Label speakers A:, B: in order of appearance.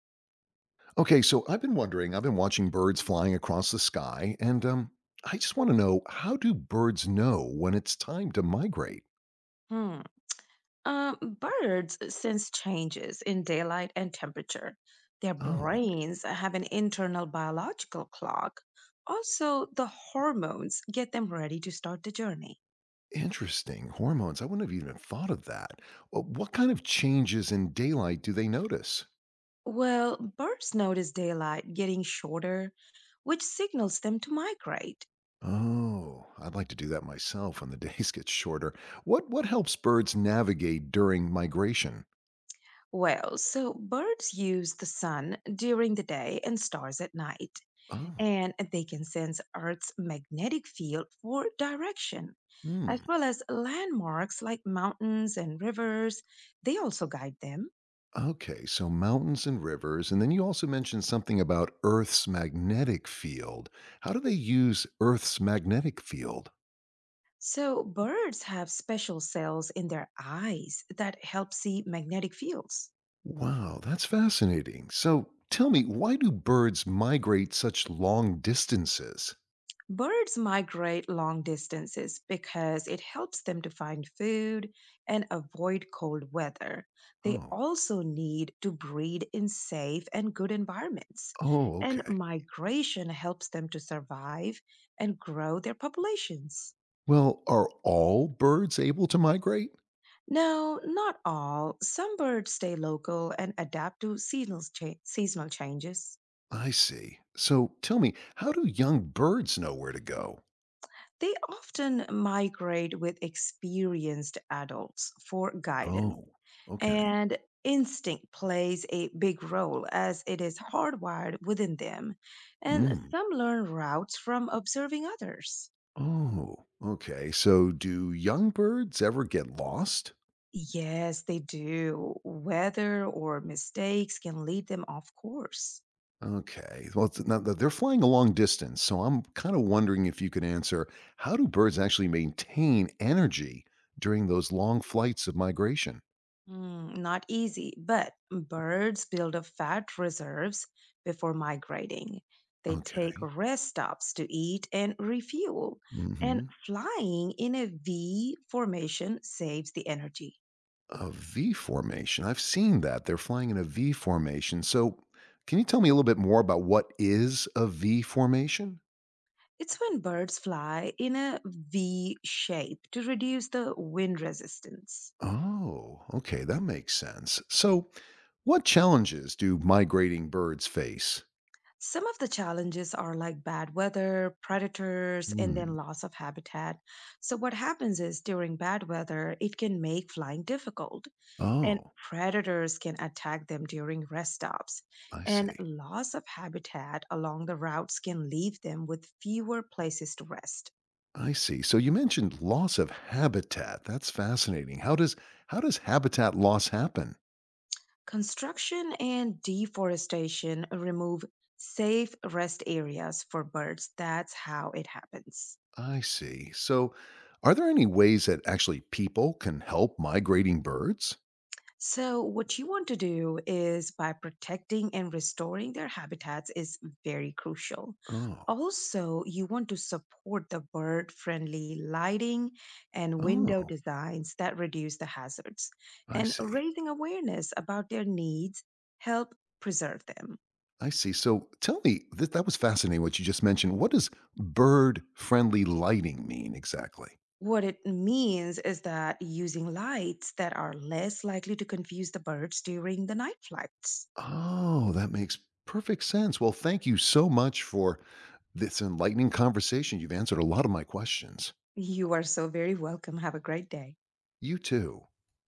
A: Okay, so I've been wondering, I've been watching birds flying across the sky, and I just want to know, how do birds know when it's time to migrate?
B: Hmm. Birds sense changes in daylight and temperature. Their
A: Oh,
B: brains have an internal biological clock. Also, the hormones get them ready to start the journey.
A: interesting. Hormones. I wouldn't have even thought of that. Well, what kind of changes in daylight do they notice?
B: Well, birds notice daylight getting shorter, which signals them to migrate.
A: Oh, I'd like to do that myself when the days get shorter. What helps birds navigate during migration?
B: So birds use the sun during the day and stars at night,
A: Oh,
B: and they can sense Earth's magnetic field for direction,
A: hmm.
B: as well as landmarks like mountains and rivers. They also guide them.
A: Okay, so mountains and rivers. And then you also mentioned something about Earth's magnetic field. How do they use Earth's magnetic field?
B: So, birds have special cells in their eyes that help see magnetic fields.
A: Wow, that's fascinating. So tell me, why do birds migrate such long distances?
B: Birds migrate long distances because it helps them to find food and avoid cold weather. They
A: Oh,
B: also need to breed in safe and good environments.
A: oh,
B: And
A: okay.
B: migration helps them to survive and grow their populations.
A: Well, are all birds able to migrate?
B: Now, not all. Some birds stay local and adapt to seasonal changes.
A: I see. So tell me, how do young birds know where to go?
B: They often migrate with experienced adults for guidance,
A: Oh, okay.
B: and instinct plays a big role as it is hardwired within them. And
A: Mm.
B: some learn routes from observing others.
A: Oh, okay. So do young birds ever get lost?
B: Yes, they do. Weather or mistakes can lead them off course.
A: Okay. Well, now they're flying a long distance, so I'm kind of wondering if you could answer, how do birds actually maintain energy during those long flights of migration?
B: Mm, not easy, but birds build up fat reserves before migrating. They take
A: Okay.
B: rest stops to eat and refuel,
A: Hmm.
B: and flying in a V formation saves the energy.
A: A V formation. I've seen that. They're flying in a V formation. So can you tell me a little bit more about what is a V formation?
B: It's when birds fly in a V shape to reduce the wind resistance.
A: Oh, okay, that makes sense. So, what challenges do migrating birds face?
B: Some of the challenges are like bad weather, predators, and
A: Hmm.
B: then loss of habitat. So, what happens is during bad weather, it can make flying difficult, and
A: Oh,
B: predators can attack them during rest stops.
A: I
B: And
A: see.
B: loss of habitat along the routes can leave them with fewer places to rest.
A: I see. So you mentioned loss of habitat. That's fascinating. How does, how does habitat loss happen?
B: Construction and deforestation remove safe rest areas for birds. That's how it happens.
A: I see. So are there any ways that actually people can help migrating birds?
B: So, what you want to do is by protecting and restoring their habitats is very crucial.
A: Oh.
B: Also, you want to support the bird friendly lighting and window
A: Oh,
B: designs that reduce the hazards,
A: I
B: and
A: see.
B: raising awareness about their needs help preserve them.
A: I see. So tell me, that was fascinating what you just mentioned. What does bird friendly lighting mean exactly?
B: What it means is that using lights that are less likely to confuse the birds during the night flights.
A: Oh, that makes perfect sense. Well, thank you so much for this enlightening conversation. You've answered a lot of my questions.
B: You are so very welcome. Have a great day.
A: You too.